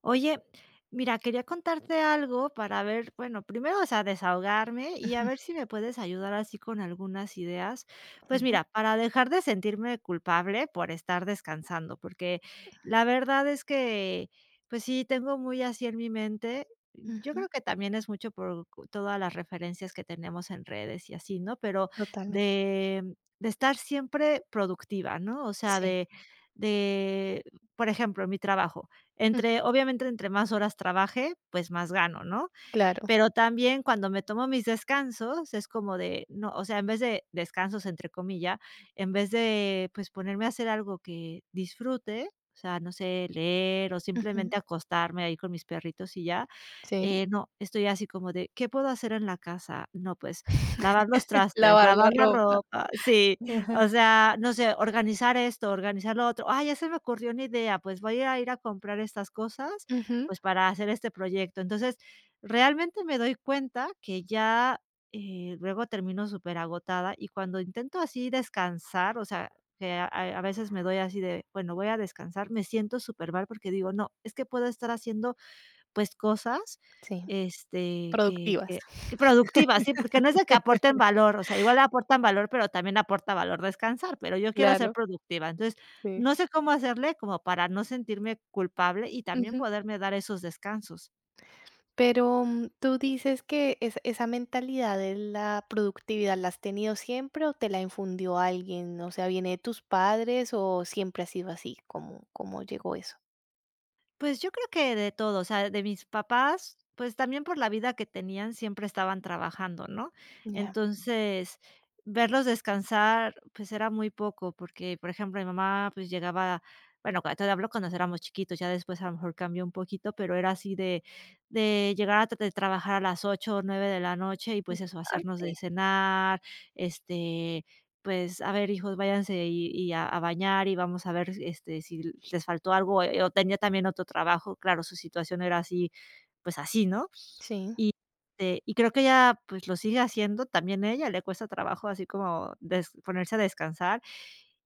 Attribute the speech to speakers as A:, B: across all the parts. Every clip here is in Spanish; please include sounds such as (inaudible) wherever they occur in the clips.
A: Oye, mira, quería contarte algo para ver, bueno, primero, o sea, desahogarme y a
B: Ujú.
A: ver si me puedes ayudar así con algunas ideas. Pues
B: Sí.
A: mira, para dejar de sentirme culpable por estar descansando, porque la verdad es que, pues sí, tengo muy así en mi mente. Yo
B: Ujú.
A: creo que también es mucho por todas las referencias que tenemos en redes y así, ¿no? Pero
B: Totalmente.
A: de, de estar siempre productiva, ¿no? O sea,
B: Sí.
A: de, por ejemplo, mi trabajo.
B: Mm,
A: Entre obviamente, entre más horas trabaje, pues más gano, ¿no?
B: claro.
A: Pero también cuando me tomo mis descansos, es como de, no, o sea, en vez de descansos, entre comillas, en vez de, pues, ponerme a hacer algo que disfrute, o sea, no sé, leer o
B: Ujú.
A: simplemente acostarme ahí con mis perritos y ya,
B: Sí.
A: no, estoy así como de, ¿qué puedo hacer en la casa? No, pues, lavar los
B: (laughs)
A: trastes,
B: Lavar la
A: lavar la
B: ropa.
A: ropa, sí,
B: Ajá.
A: o sea, no sé, organizar esto, organizar lo otro. Ah, ya se me ocurrió una idea, pues voy a ir a comprar estas cosas,
B: Ujú.
A: pues, para hacer este proyecto. Entonces, realmente me doy cuenta que ya, luego termino superagotada y cuando intento así descansar, o sea, que a veces me doy así de, bueno, voy a descansar, me siento supermal porque digo, no, es que puedo estar haciendo, pues, cosas,
B: Sí.
A: que
B: Productivas.
A: que que
B: (laughs)
A: productivas, sí, porque no es de que aporten valor, o sea, igual aportan valor, pero también aporta valor descansar, pero yo quiero ser
B: Claro.
A: productiva. Entonces,
B: Sí.
A: no sé cómo hacerle como para no sentirme culpable y también
B: Ujú.
A: poderme dar esos descansos.
B: Pero ¿tú dices que es esa mentalidad de la productividad la has tenido siempre o te la infundió alguien? O sea, ¿viene de tus padres o siempre ha sido así? ¿Cómo llegó eso?
A: Pues yo creo que de todo, o sea, de mis papás, pues también por la vida que tenían siempre estaban trabajando, ¿no?
B: Ya,
A: Entonces, verlos descansar, pues era muy poco, porque, por ejemplo, mi mamá pues llegaba, bueno, te hablo cuando éramos chiquitos, ya después a lo mejor cambió un poquito, pero era así de llegar de trabajar a las 8 o 9 de la noche y pues eso, hacernos de
B: bastante.
A: cenar, este, pues, a ver, hijos, váyanse y a bañar y vamos a ver, si les faltó algo, o tenía también otro trabajo. Claro, su situación era así, pues así, ¿no?
B: Sí.
A: Y, y creo que ella, pues, lo sigue haciendo, también a ella le cuesta trabajo así como des ponerse a descansar.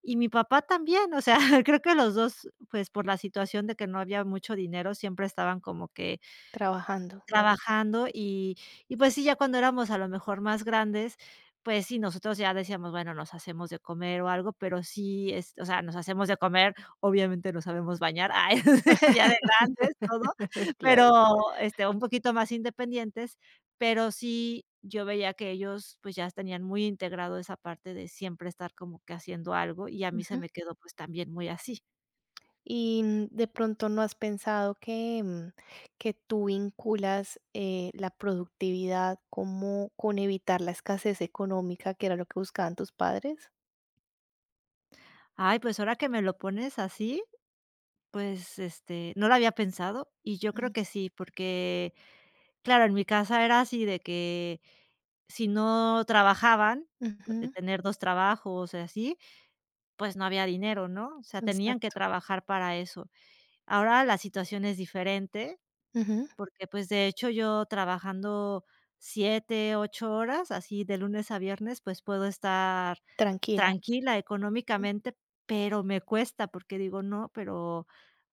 A: Y mi papá también, o sea, (laughs) creo que los 2 pues, por la situación de que no había mucho dinero, siempre estaban como que
B: Trabajando.
A: trabajando y pues sí, ya cuando éramos a lo mejor más grandes, pues sí, nosotros ya decíamos, bueno, nos hacemos de comer o algo, pero sí, es o sea, nos hacemos de comer, obviamente no sabemos bañar, (laughs) ay, (laughs) ya de grandes, todo,
B: (laughs) Claro.
A: pero, un poquito más independientes, pero sí, yo veía que ellos, pues, ya tenían muy integrado esa parte de siempre estar como que haciendo algo, y a mí se me quedó, pues, también muy así.
B: Y de pronto no has pensado que que tú vinculas la productividad como con evitar la escasez económica, que era lo que buscaban tus padres.
A: Ay, pues ahora que me lo pones así. Pues, no lo había pensado y yo creo
B: Ujú.
A: que sí, porque, claro, en mi casa era así de que si no trabajaban, de
B: Ujú,
A: tener 2 trabajos y así, pues no había dinero, ¿no? O sea, tenían que
B: exacto.
A: trabajar para eso. Ahora la situación es diferente,
B: Ujú,
A: porque, pues, de hecho, yo trabajando 7 8 horas, así de lunes a viernes, pues puedo estar
B: tranquila.
A: tranquila
B: Ujú.
A: económicamente, pero me cuesta porque digo: "No, pero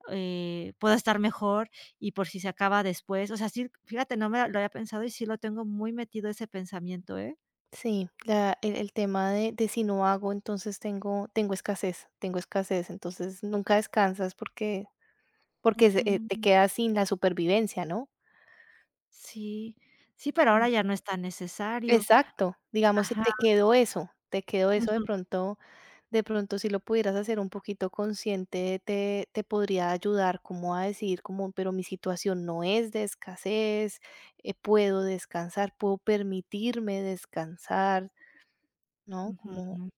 A: puedo estar mejor y por si se acaba después. O sea, sí, fíjate, no me lo había pensado y sí lo tengo muy metido ese pensamiento, ¿eh?
B: Sí, el tema de si no hago, entonces tengo, tengo escasez, entonces nunca descansas porque, porque
A: Ujú.
B: te quedas sin la supervivencia, ¿no?
A: Sí, sí, pero ahora ya no es tan necesario.
B: Exacto, digamos, si
A: Ajá.
B: te quedó eso, te quedó eso de
A: Ujú,
B: pronto, de pronto si lo pudieras hacer un poquito consciente, te podría ayudar como a decir como: "Pero mi situación no es de escasez, puedo descansar, puedo permitirme descansar", ¿no?
A: ujú, ujú.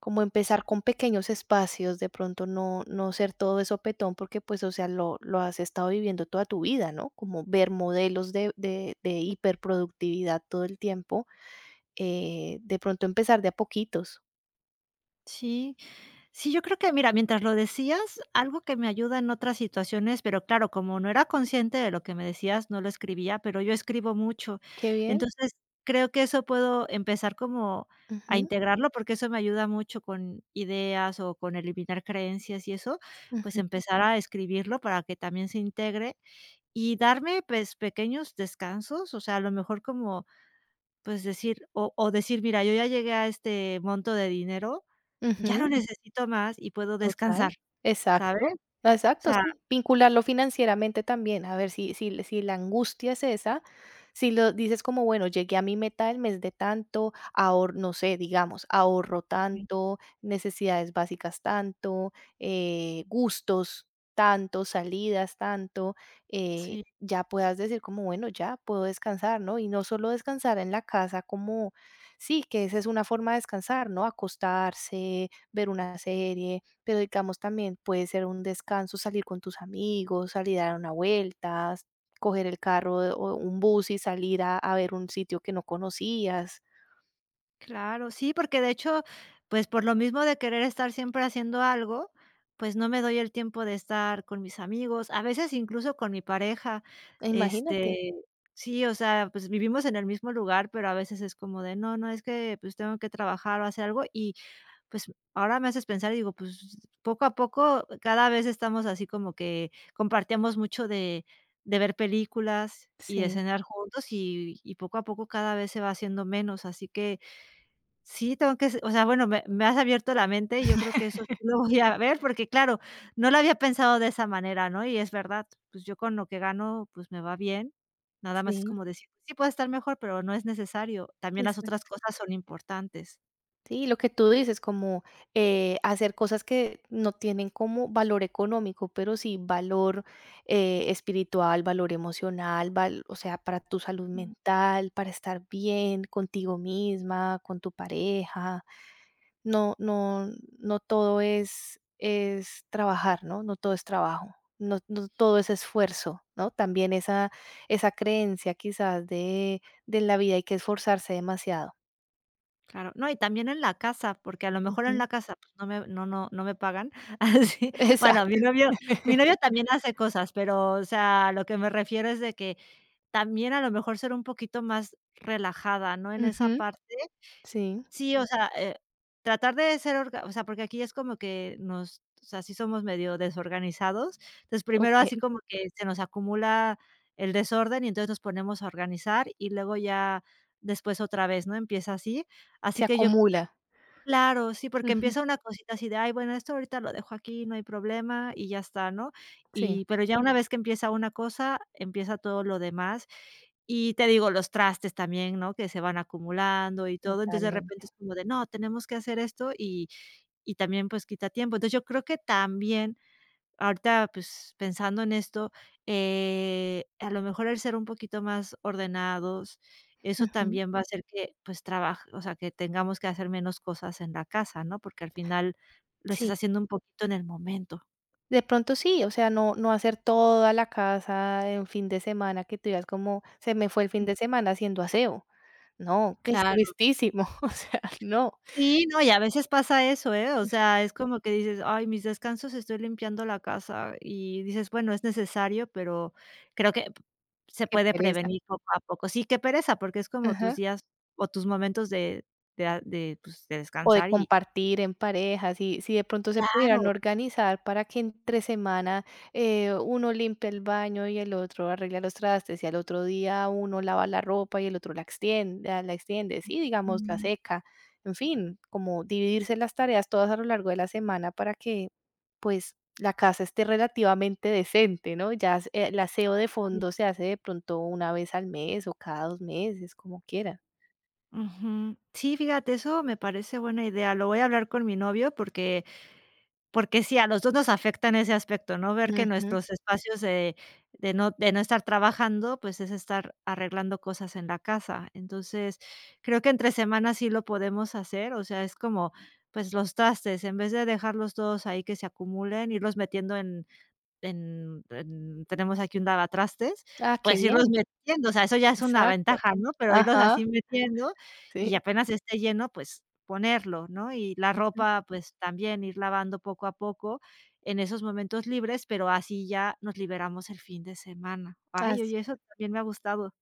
B: Como
A: Sí,
B: empezar con pequeños espacios, de pronto no ser todo eso petón porque, pues, o sea, lo has estado viviendo toda tu vida, ¿no? Como ver modelos de hiperproductividad todo el tiempo. De pronto empezar de a poquitos.
A: sí. Sí, yo creo que, mira, mientras lo decías, algo que me ayuda en otras situaciones, pero claro, como no era consciente de lo que me decías, no lo escribía, pero yo escribo mucho.
B: Qué bien.
A: Entonces, creo que eso puedo empezar como a
B: Ujú,
A: integrarlo, porque eso me ayuda mucho con ideas o con eliminar creencias y eso, pues
B: ujú,
A: empezar a escribirlo para que también se integre y darme, pues, pequeños descansos, o sea, a lo mejor como pues decir, o decir: "Mira, yo ya llegué a este monto de dinero, ya no
B: Ujú.
A: necesito más y puedo
B: Total,
A: descansar", ¿sabes?
B: exacto,
A: O
B: exacto,
A: sea,
B: sí, vincularlo financieramente también, a ver si si la angustia es esa, si lo dices como, bueno, llegué a mi meta del mes de tanto, ahor no sé, digamos, ahorro
A: okey.
B: tanto, necesidades básicas tanto, gustos tanto, salidas tanto,
A: Sí,
B: ya puedas decir como, bueno, ya puedo descansar, ¿no? Y no solo descansar en la casa como sí, que esa es una forma de descansar, ¿no? Acostarse, ver una serie, pero, digamos, también puede ser un descanso salir con tus amigos, salir a dar una vuelta, coger el carro o un bus y salir a ver un sitio que no conocías.
A: claro, sí, porque de hecho, pues por lo mismo de querer estar siempre haciendo algo, pues no me doy el tiempo de estar con mis amigos, a veces incluso con mi pareja,
B: Imagínate.
A: este, sí, o sea, pues vivimos en el mismo lugar, pero a veces es como de: "No, no, es que, pues tengo que trabajar o hacer algo". Y Pues, ahora me haces pensar y digo, pues, poco a poco, cada vez estamos así como que compartíamos mucho de ver películas y de
B: Sí,
A: cenar juntos, y poco a poco cada vez se va haciendo menos, así que sí, tengo que s o sea, bueno, me has abierto la mente y yo creo que eso sí lo voy a ver, porque claro, no lo había pensado de esa manera, ¿no? Y es verdad, pues, yo con lo que gano, pues, me va bien, nada más es
B: sí,
A: como decir, pues, sí puede estar mejor, pero no es necesario, también las otras
B: exacto.
A: cosas son importantes.
B: Sí, lo que tú dices, como, hacer cosas que no tienen como valor económico, pero sí valor, espiritual, valor emocional, val o sea, para tu salud mental, para estar bien contigo misma, con tu pareja. No, no, no todo es trabajar, ¿no? No todo es trabajo, no, no todo es esfuerzo, ¿no? También esa creencia quizás de la vida hay que esforzarse demasiado.
A: Claro, no, y también en la casa, porque a lo mejor en
B: Ujú.
A: la casa, pues, no me pagan, (laughs) así, bueno,
B: Exacto.
A: mi novio mi
B: (laughs)
A: novio también hace cosas, pero, o sea, lo que me refiero es de que también a lo mejor ser un poquito más relajada, ¿no?, en esa
B: Ujú.
A: parte.
B: Sí,
A: Sí, o sea, tratar de ser orga o sea, porque aquí es como que nos o sea, sí somos medio desorganizados. Entonces,
B: ok,
A: primero así como que se nos acumula el desorden y entonces nos ponemos a organizar y luego ya después otra vez, ¿no?, empieza así. Así
B: se
A: que yo.
B: acumula.
A: Claro, sí, porque
B: Ujú.
A: empieza una cosita así de: "Ay, bueno, esto ahorita lo dejo aquí, no hay problema", y ya está, ¿no?
B: Sí,
A: Y pero ya una vez que empieza una cosa, empieza todo lo demás. Y te digo, los trastes también, ¿no? Que se van acumulando y todo. Entonces, de repente
B: totalmente.
A: es como de: "No, tenemos que hacer esto", y también, pues, quita tiempo. Entonces, yo creo que también. Ahorita, pues, pensando en esto, a lo mejor el ser un poquito más ordenados, eso
B: Ujú.
A: también va a hacer que, pues, trabaje o sea, que tengamos que hacer menos cosas en la casa, ¿no? Porque al final lo estás
B: Sí.
A: haciendo un poquito en el momento.
B: De pronto sí, o sea, no no hacer toda la casa en fin de semana, que tú digas como: "Se me fue el fin
A: Mm.
B: de semana haciendo aseo". No, que es
A: Claro.
B: tristísimo, (laughs) o sea, no,
A: Sí, no, y a veces pasa eso, ¿eh? O sea, es como que dices: "Ay, mis descansos estoy limpiando la casa", y dices: "Bueno, es necesario", pero creo que se
B: qué
A: puede
B: pereza.
A: prevenir poco a poco. Sí, qué pereza, porque es como tus
B: Ajá.
A: días o tus momentos de, pues, de
B: O de
A: descansar y
B: compartir en pareja, si de pronto se pudieran
A: claro,
B: organizar para que entre semana, uno limpie el baño y el otro arregla los trastes, y al otro día uno lava la ropa y el otro la extiende la extiende, sí, digamos, la
A: mm,
B: seca. En fin, como dividirse las tareas todas a lo largo de la semana para que pues la casa esté relativamente decente, ¿no? Ya el aseo de
A: sí.
B: fondo se hace de pronto una vez al mes o cada dos meses, como quiera.
A: Ujú. Sí, fíjate, eso me parece buena idea. Lo voy a hablar con mi novio porque sí, a los 2 nos afecta en ese aspecto, ¿no? Ver que
B: Ujú.
A: nuestros espacios de no estar trabajando, pues, es estar arreglando cosas en la casa. Entonces, creo que entre semana sí lo podemos hacer, o sea, es como, pues, los trastes, en vez de dejarlos todos ahí que se acumulen, irlos metiendo en tenemos aquí un lavatrastes,
B: Ah, qué
A: pues irlos
B: bien.
A: metiendo, o sea, eso ya es una
B: Exacto.
A: ventaja, ¿no? Pero irlos
B: Ajá,
A: así metiendo
B: sí.
A: y apenas esté lleno, pues ponerlo, ¿no? Y la
B: Ujú.
A: ropa, pues también ir lavando poco a poco en esos momentos libres, pero así ya nos liberamos el fin de semana. Ay,
B: Así,
A: oye, eso también me ha gustado.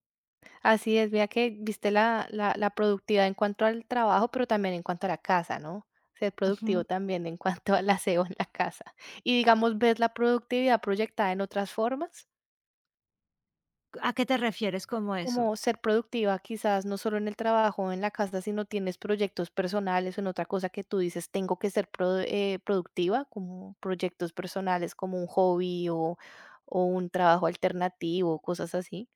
B: así es, vea que viste la, la, la productividad en cuanto al trabajo, pero también en cuanto a la casa, ¿no? Ser productivo
A: Ujú.
B: también en cuanto al aseo en la casa. Y digamos, ¿ves la productividad proyectada en otras formas?
A: ¿A qué te refieres como eso?
B: Como ser productiva, quizás no solo en el trabajo o en la casa, sino tienes proyectos personales o en otra cosa que tú dices, tengo que ser productiva, como proyectos personales, como un hobby o un trabajo alternativo, cosas así.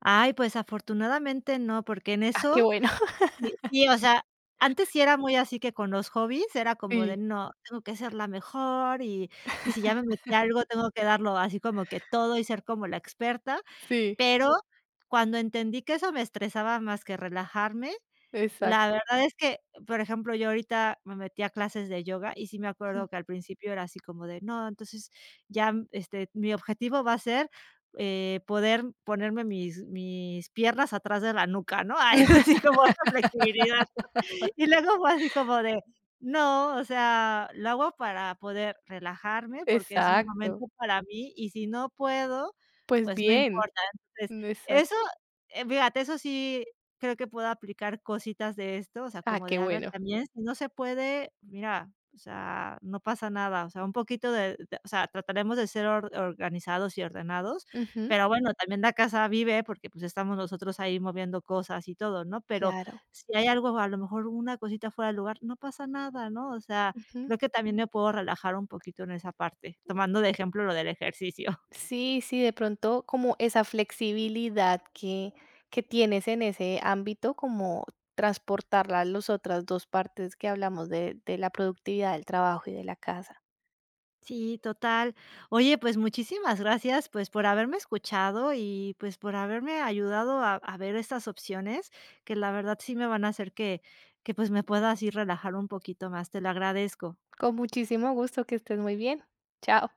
A: Ay, pues afortunadamente no, porque en
B: Ah, qué
A: eso.
B: bueno. (laughs)
A: Sí, sí, o sea, antes sí era muy así que con los hobbies era como de
B: Sí,
A: no, tengo que ser la mejor y si ya me metí a algo, tengo que darlo así como que todo y ser como la experta,
B: sí,
A: pero cuando entendí que eso me estresaba más que relajarme,
B: exacto.
A: la verdad es que, por ejemplo, yo ahorita me metí a clases de yoga y sí me
B: Ujú.
A: acuerdo que al principio era así como de, no, entonces ya, mi objetivo va a ser, poder ponerme mis piernas atrás de la nuca, ¿no? (laughs) Ay,
B: (laughs)
A: así como esa flexibilidad. Y luego fue así como de, no, o sea, lo hago para poder relajarme, porque es un
B: Exacto.
A: momento para mí, y si no puedo,
B: Pues
A: pues no
B: bien,
A: importa. Entonces,
B: exacto.
A: eso, fíjate, eso sí creo que puedo aplicar cositas de esto, o sea,
B: Ah,
A: como
B: qué
A: de, a ver,
B: bueno.
A: también si no se puede, mira, o sea, no pasa nada, o sea, un poquito de o sea, trataremos de ser or organizados y ordenados,
B: Ujú.
A: pero bueno, también la casa vive porque, pues, estamos nosotros ahí moviendo cosas y todo, ¿no? Pero
B: Claro.
A: si hay algo, a lo mejor una cosita fuera de lugar, no pasa nada, ¿no? O sea,
B: Ujú.
A: creo que también me puedo relajar un poquito en esa parte, tomando de ejemplo lo del ejercicio. (laughs)
B: Sí, sí, de pronto como esa flexibilidad que tienes en ese ámbito, como transportarla a las otras dos partes que hablamos de la productividad del trabajo y de la casa.
A: Sí, total. Oye, pues muchísimas gracias, pues, por haberme escuchado y, pues, por haberme ayudado a ver estas opciones, que la verdad sí me van a hacer que, pues, me pueda así relajar un poquito más. Te lo agradezco.
B: Con muchísimo gusto, que estés muy bien. Chao.